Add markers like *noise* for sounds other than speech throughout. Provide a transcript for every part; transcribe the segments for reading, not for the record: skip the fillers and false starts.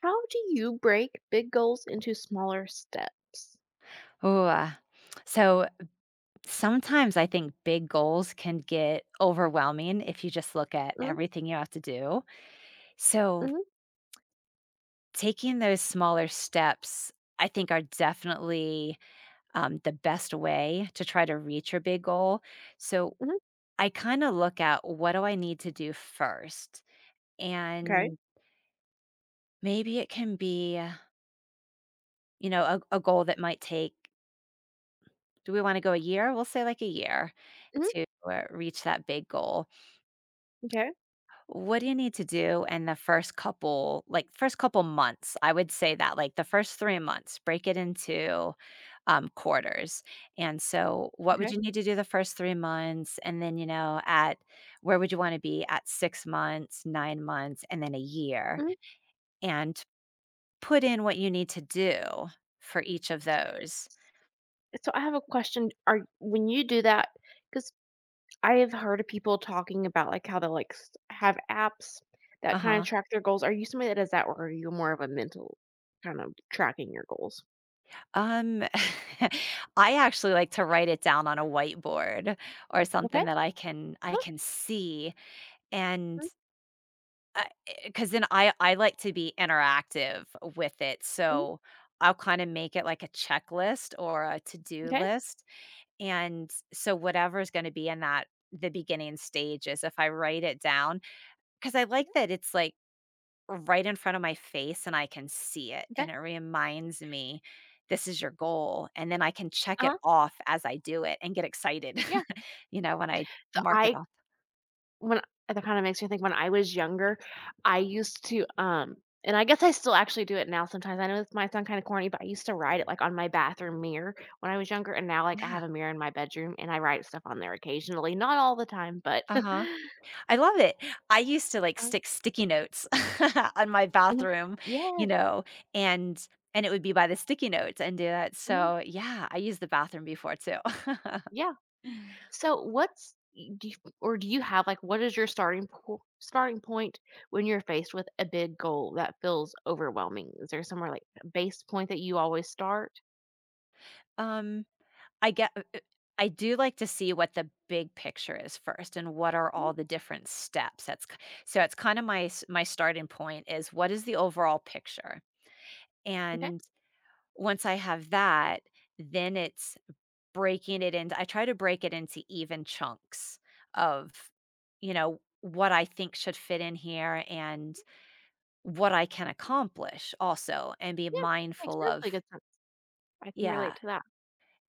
How do you break big goals into smaller steps? Oh, uh, so sometimes I think big goals can get overwhelming if you just look at Mhm, everything you have to do. So mhm, taking those smaller steps, I think, are definitely the best way to try to reach your big goal. So mhm, I kind of look at, what do I need to do first? okay, And maybe it can be, a goal that might take, do we want to go a year? We'll say like a year mhm, to reach that big goal. okay, What do you need to do in the first couple, like, first couple months? I would say that, like, the first 3 months, break it into, quarters, and so what would okay, you need to do the first 3 months? And then, you know, at where would you wanna be at 6 months, 9 months, and then a year? mhm. And put in what you need to do for each of those. So I have a question. Are when you do that? Because I have heard of people talking about, like, how they like, s have apps that kinda Uh-huh. track their goals. Are you somebody that does that, or are you more of a mental kind of tracking your goals? Um, *laughs* I actually like to write it down on a whiteboard or Okay, something that I can I uh-huh, can see. And, mhm, because then I like to be interactive with it, mhm, so I'll kinda make it like a checklist or a to-do okay, list, and so whatever's gonna be in that the beginning stages, if I write it down, because I mhm, like that it's, like, right in front of my face and I can see it, okay, and it reminds me, "This is your goal," and then I can check it uh-huh, off as I do it and get excited, yeah. *laughs* you know, when I So mark it I off. When that kinda makes me think when I was younger, I used to, um and I guess I still actually do it now sometimes. I know this might sound kinda corny, but I used to write it, like, on my bathroom mirror when I was younger, and now, like, I have Yeah. a mirror in my bedroom, and I write stuff on there occasionally, not all the time, but *laughs* Uh-huh. I love it. I used to, like, um, stick sticky notes *laughs* on my mhm. bathroom, you Yeah, know, and and it would be by the sticky notes and do that. mhm, So, yeah, I used the bathroom before too. yeah. *laughs* So, what's y do you or do you have, like what is your starting po starting point when you're faced with a big goal that feels overwhelming? Is there somewhere, like, a base point that you always start? Um, I get uh, uh, I do like to see what the big picture is first and what are Mhm, all the different steps. That's k So it's kinda my starting point is, what is the overall picture? m'kay. And once I have that, then it's breaking it into, I try to break it into even chunks of, you know, what I think should fit in here and what I can accomplish also, and be Yeah, that makes mindful of, perfectly good sense. I can relate yeah, to that.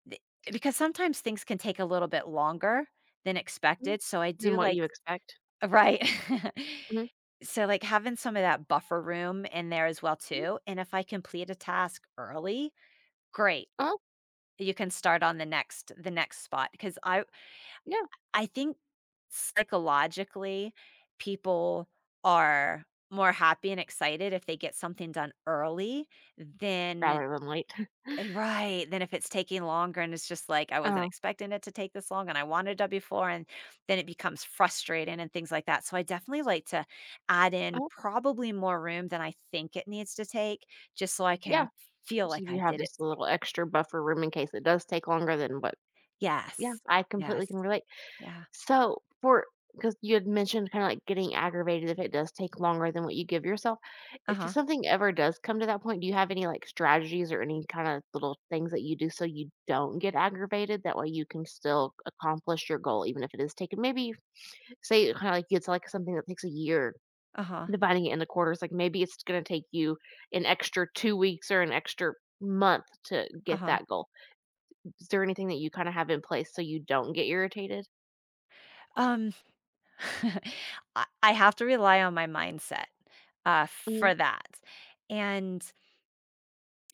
th because sometimes things can take a little bit longer than Mhm. expected, so I Than do what like, you expect. right. *laughs* Mhm, So, like, having some of that buffer room in there as well mhm, too, and if I complete a task early, great, uh-huh, you can start on the next spot, because I yeah, I think psychologically, people are more happy and excited if they get something done early than, rather than late. *laughs* Right, than if it's taking longer and it's just like, "I wasn't Uh, expecting it to take this long and I wanted it done before," and then it becomes frustrating and things like that. So I definitely like to add in oh, probably more room than I think it needs to take, just so I yeah, can feel so like you I have did it. this little extra buffer room in case it does take longer than what yeah, Yes. I completely Yes. can relate. Yeah. So, for because you had mentioned kinda, like, getting aggravated if it does take longer than what you give yourself. If Uh-huh. something ever does come to that point, do you have any, like, strategies or any kinda little things that you do so you don't get aggravated? That way you can still accomplish your goal even if it is taking maybe say kinda like it's like something that takes a year, Uh-huh. dividing it into quarters, like maybe it's gonna take you an extra 2 weeks or an extra month to get Uh-huh. that goal. Is there anything that you kinda have in place so you don't get irritated? Um *laughs* I have to rely on my mindset, Mhm, for that, and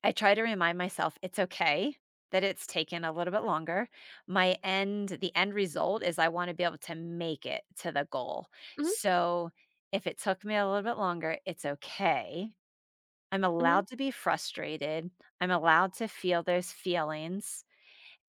I try to remind myself it's okay that it's taken a little bit longer. My end the end result is I wanna be able to make it to the goal, mhm, so if it took me a little bit longer, it's okay. I'm mhm, allowed to be frustrated, I'm allowed to feel those feelings,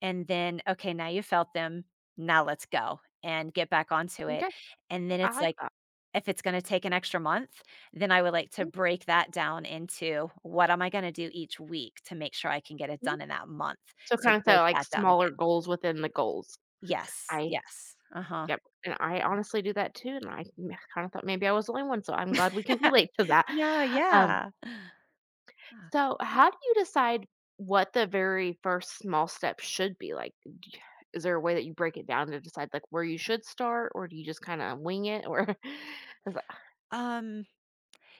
and then, "Okay, now you felt them, now let's go and get back onto it," m'kay, and then I it's like like, that. if it's gonna take an extra month, then I would like to Mhm, break that down into what am I gonna do each week to make sure I can get it mhm. done in that month. So So kinda set, break like, that down smaller again. goals within the goals. Yes, I yes. Uh-huh. yep, and I Yeah, honestly do that too, and I kinda thought maybe I was the only one, so I'm glad we can relate to *laughs* that. yeah, Um, yeah. Ah. so, how do you decide what the very first small step should be? D- is there a way that you break it down to decide like where you should start, or do you just kind of wing it? Or *laughs* it's like, Um,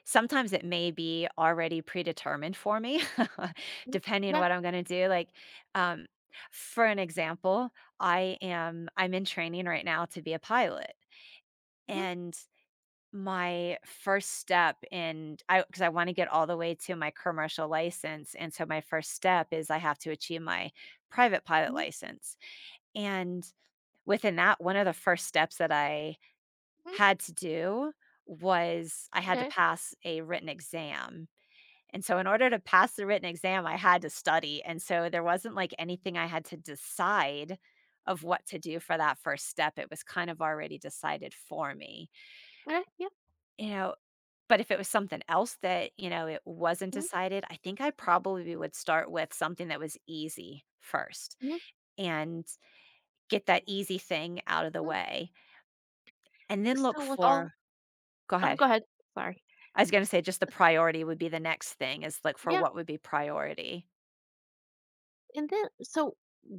Sometimes it may be already predetermined for me, *laughs* "Mm, depending on yeah, what I'm gonna do, like, um, for an example, I'm in training right now to be a pilot, hmm and my first step in, because I 'cause I wanna get all the way to my commercial license, and so my first step is I have to achieve my private pilot hmm license, and within that, one of the first steps that I hmm had to do was I had to okay, pass a written exam, and so in order to pass the written exam, I had to study, and so there wasn't, like, anything I had to decide of what to do for that first step, it was kind of already decided for me. okay, yeah. You know. But if it was something else that, you know, it wasn't Mm-hmm, decided, I think I probably would start with something that was easy first hmm and get that easy thing out of the way and then look So with for, all, go ahead. go ahead. Sorry. I was gonna say, just the priority would be, the next thing is look for what would be priority. And then so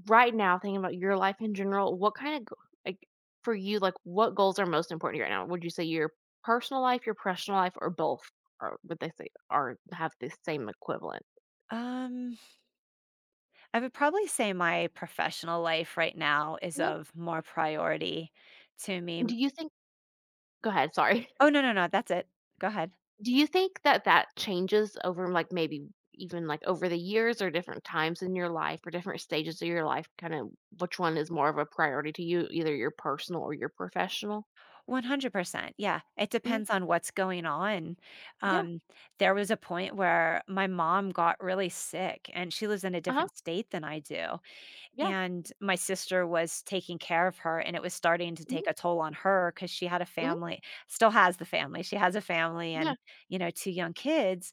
right now, thinking about your life in general, what kind of, go- like, for you, like, what goals are most important to you right now? Would you say your personal life, your professional life, or both? Or would they say are have the same equivalent? Um, I would probably say my professional life right now is Well, of more priority to me. do you think? Go ahead. Sorry. Oh, no, no, no. That's it. Go ahead. *laughs* Do you think that that changes over, like, maybe even like over the years or different times in your life or different stages of your life? Kind of which one is more of a priority to you, either your personal or your professional? 100%. Yeah. It Hmm. depends on what's going on. Yeah. Um, there was a point where my mom got really sick, and she lives in a Uh huh. different state than I do. Yeah. And my sister was taking care of her, and it was starting to take Hmm, a toll on her because she had a hmm. family still has the family. She has a family Yeah. and, you know, 2 young kids,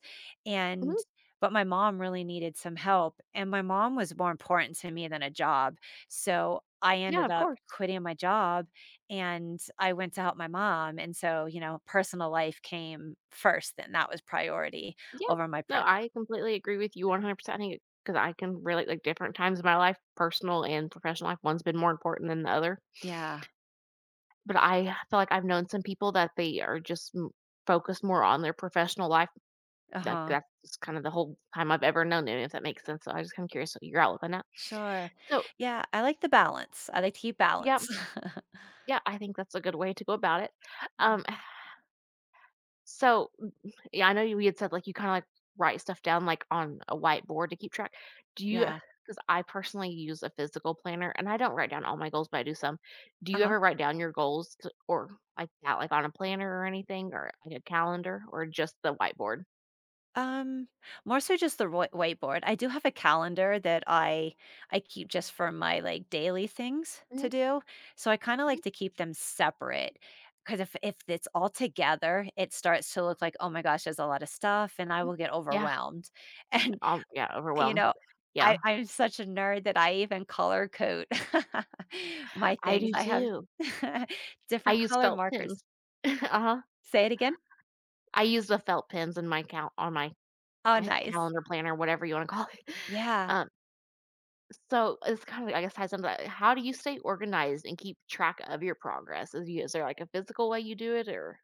Mhm. and but my mom really needed some help, and my mom was more important to me than a job. So, I Yeah, ended of up course. quitting my job, and I went to help my mom, and so, you know, personal life came first, and that was priority Yeah. over my No, pri I completely agree with you 100%. I think because I can relate like different times in my life, personal and professional life, one's been more important than the other. Yeah. But I feel like I've known some people that they are just m- focused more on their professional life. Like Uh-huh. that's kind of the whole time I've ever known them, if that makes sense. So I just kind of curious what your outlook on that. Sure. So Yeah, I like the balance. I like to keep yeah, balance. *laughs* yeah, I think that's a good way to go about it. Yeah. Um, so Yeah, I know you we had said, like, you kinda, like, write stuff down, like, on a whiteboard to keep track. Do you? Yeah. Because I personally use a physical planner, and I don't write down all my goals, but I do some. Do you Uh-huh. ever write down your goals t or like that, like, on a planner or anything or like a calendar or just the whiteboard? Um, More so just the whiteboard. I do have a calendar that I keep just for my like daily things Mhm, to do. So I kind of mhm, like to keep them separate because if it's all together, it starts to look like, oh my gosh, there's a lot of stuff, and I mm. will get Yeah, overwhelmed. *laughs* Yeah, You overwhelmed. know, Yeah, I'm such a nerd that I even color code *laughs* my I things. do I have too. *laughs* I different use color felt markers. pens. *laughs* Uh-huh. Say it again? I use the felt pens in my cal on my Oh, my nice. calendar planner, whatever you wanna call it. Yeah. *laughs* So it's kind of, I guess, ties into that. How do you stay organized and keep track of your progress? Is there like a physical way you do it, or?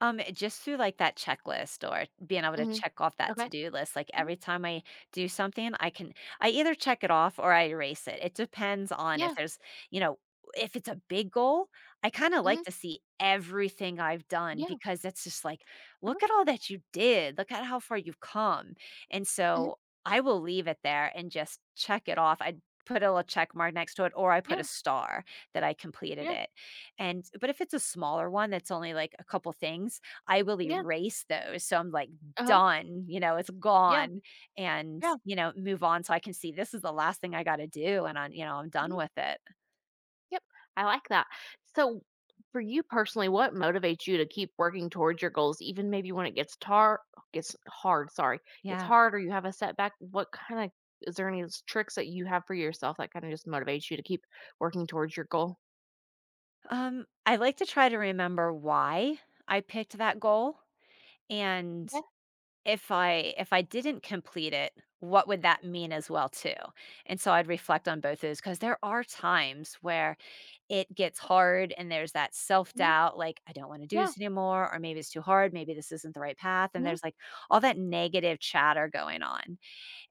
Just through, like, that checklist or being able to Hmm. check off that Okay. to-do list, like, Hmm. every time I do something, I can I either check it off or I erase it. It depends on Yeah. if there's, you know, if it's a big goal, I kinda Hmm. like to see everything I've done, Yeah. because it's just like, Uh-huh. "Look at all that you did. Look at how far you've come." And Hmm. so, I will leave it there and just check it off. I put a little check mark next to it, or I put Yeah. a star that I completed Yeah. it. And but if it's a smaller one that's only like a couple things, I will Yeah. erase those. So I'm like, Uh huh. done, you know, it's Yeah. gone, and, Yeah. you know, move on so I can see this is the last thing I got to do and I'm, you know, I'm done Hmm. with it. Yep. I like that. So, for you personally, what motivates you to keep working towards your goals, even maybe when it gets hard? Sorry, gets Yeah. hard, or you have a setback. What kind of is there any s- tricks that you have for yourself that kind of just motivates you to keep working towards your goal? I like to try to remember why I picked that goal and Okay. If I didn't complete it, what would that mean as well too? And so I'd reflect on both those, because there are times where it gets hard and there's that self-doubt, like, "I don't wanna do Yeah. this anymore," or "Maybe it's too hard, maybe this isn't the right path," and Mhm, there's, like, all that negative chatter going on,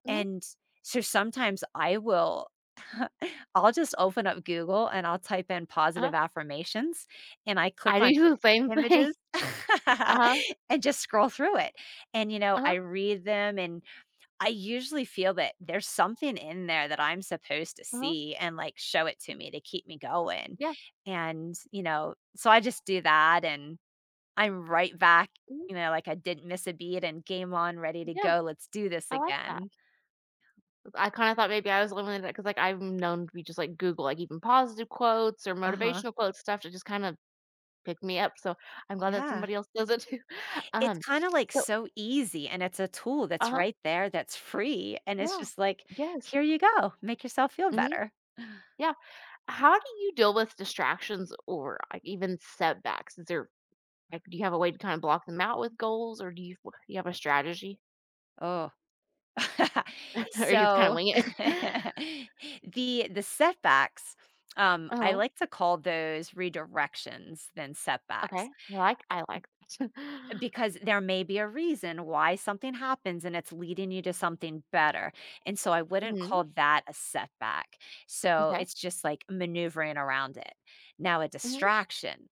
mhm, and so sometimes I will I'll just open up Google and I'll type in uh-huh. positive affirmations, and I I click on do the same thing. images *laughs* *laughs* Uh-huh, and just scroll through it, and, you know, I uh-huh, read them, and I usually feel that there's something in there that I'm supposed to uh-huh. see and like show it to me to keep me going. Yeah, And, you know, so I just do that and I'm right back, mhm, you know, like I didn't miss a beat and game on, ready to yeah, go. Let's do this I like that. again. I kinda thought maybe I was limited because like, I'm known to be just, like, Google, like, even positive quotes or Uh huh. motivational quotes, stuff to just kind of pick me up, so I'm glad that Yeah. somebody else does it too. *laughs* It's Um, kind of like so so easy and it's a tool that's Uh-huh, right there that's free. And it's yeah. just like, Yes. here you go, make yourself feel Mhm, better. yeah. How do you deal with distractions or, like, even setbacks? Do you have a way to kinda block them out with goals, or do you f you have a strategy? Oh, *laughs* *laughs* Or you just kinda so, wing it? *laughs* *laughs* the setbacks, I Uh-huh, like to call those redirections than okay. setbacks, I like that. *laughs* because there may be a reason why something happens and it's leading you to something better, and so I wouldn't Mhm, call that a setback. So, okay. it's just like maneuvering around it. Now a Mhm, distraction,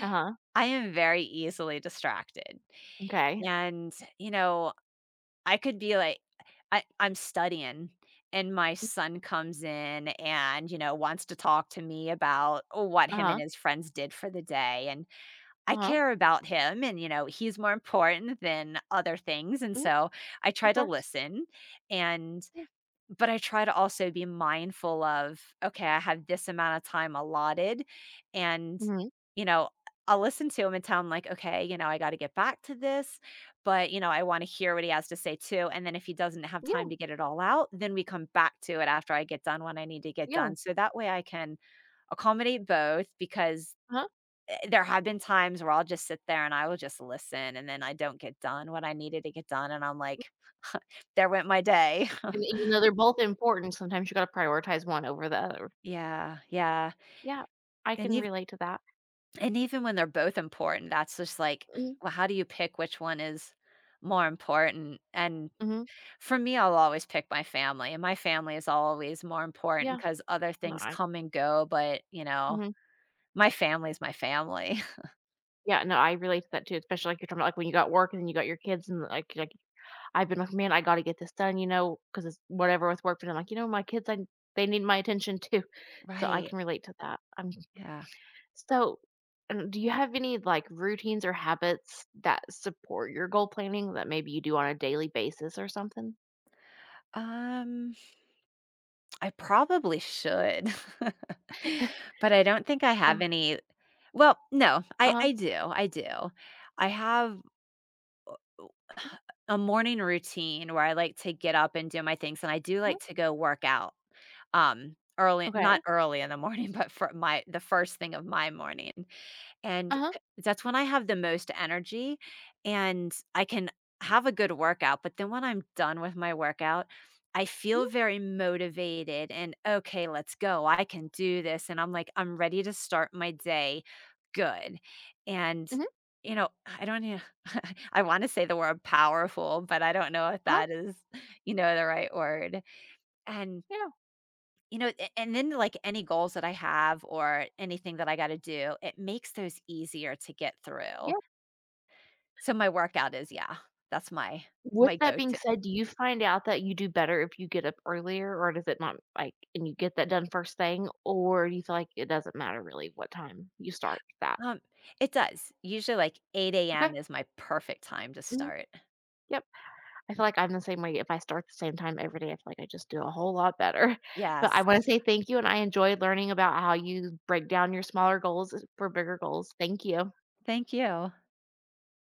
uh-huh, *laughs* I am very easily distracted, okay. and, you know, I could be like, I'm studying and my son comes in and, you know, wants to talk to me about what him and Uh-huh, his friends did for the day, and I uh-huh, care about him and, you know, he's more important than other things, and mhm, so I of try to course, listen, and yeah, but I try to also be mindful of, okay, I have this amount of time allotted and, mhm, you know, I'll listen to him and tell him, like, okay, you know, I got to get back to this, but you know, I want to hear what he has to say too. And then if he doesn't have time yeah, to get it all out, then we come back to it after I get done when I need to get yeah, done. So that way I can accommodate both, because uh-huh, there have been times where I'll just sit there and I will just listen and then I don't get done what I needed to get done and I'm like, *laughs* there went my day. and even though they're both important, sometimes you gotta prioritize one over the other. *laughs* Yeah, yeah. Yeah, I And can even relate to that. When they're both important, that's just like, Mhm, well, how do you pick which one is more important? And mhm, for me, I'll always pick my family, and my family is always more important yeah, because other no, things I come and go, but, you know, mhm, my family's my family. *laughs* yeah, no, I relate to that too, especially, like, you're talking about, like, when you got work and then you got your kids and, like I've been like, "Man, I gotta get this done," you know, because it's whatever with work, but I'm like, "You know, my kids, I they need my attention too." *laughs* So I Right, can relate to that. Yeah. so, do you have any, like, routines or habits that support your goal planning that maybe you do on a daily basis or something? Um, I probably should, *laughs* *laughs* but I don't think I Uh, have any, well, no, uh-huh. I do. I have Mhm, a morning routine where I like to get up and do my things, and I do mhm. like to go work out, early, not Okay. early in the morning, *laughs* but for my the first thing of my morning. And Uh-huh. c that's when I have the most energy, and I can have a good workout, but then when I'm done with my workout, I Mhm, feel very motivated and, "Okay, let's go. I can do this," and I'm like, "I'm ready to start my day good." And, mhm. you know, I don't know, *laughs* I wanna say the word powerful, but I don't know if Uh-huh. that is, you know, the right word, and Yeah. you know, a and then, like, any goals that I have or anything that I gotta do, it makes those easier to get through. Yeah. So my workout is, yeah, that's my With my that being go-to. said, do you find out that you do better if you get up earlier, or does it not like and you get that done first thing, or do you feel like it doesn't matter really what time you start that? Um, it does. Usually, like, 8 Okay. AM is my perfect time to Mhm. start. Yep. I feel like I'm the same way. If I start the same time every day, I feel like I just do a whole lot better. *laughs* But I Yes. want to say thank you, and I enjoyed learning about how you break down your smaller goals for bigger goals. Thank you. Thank you.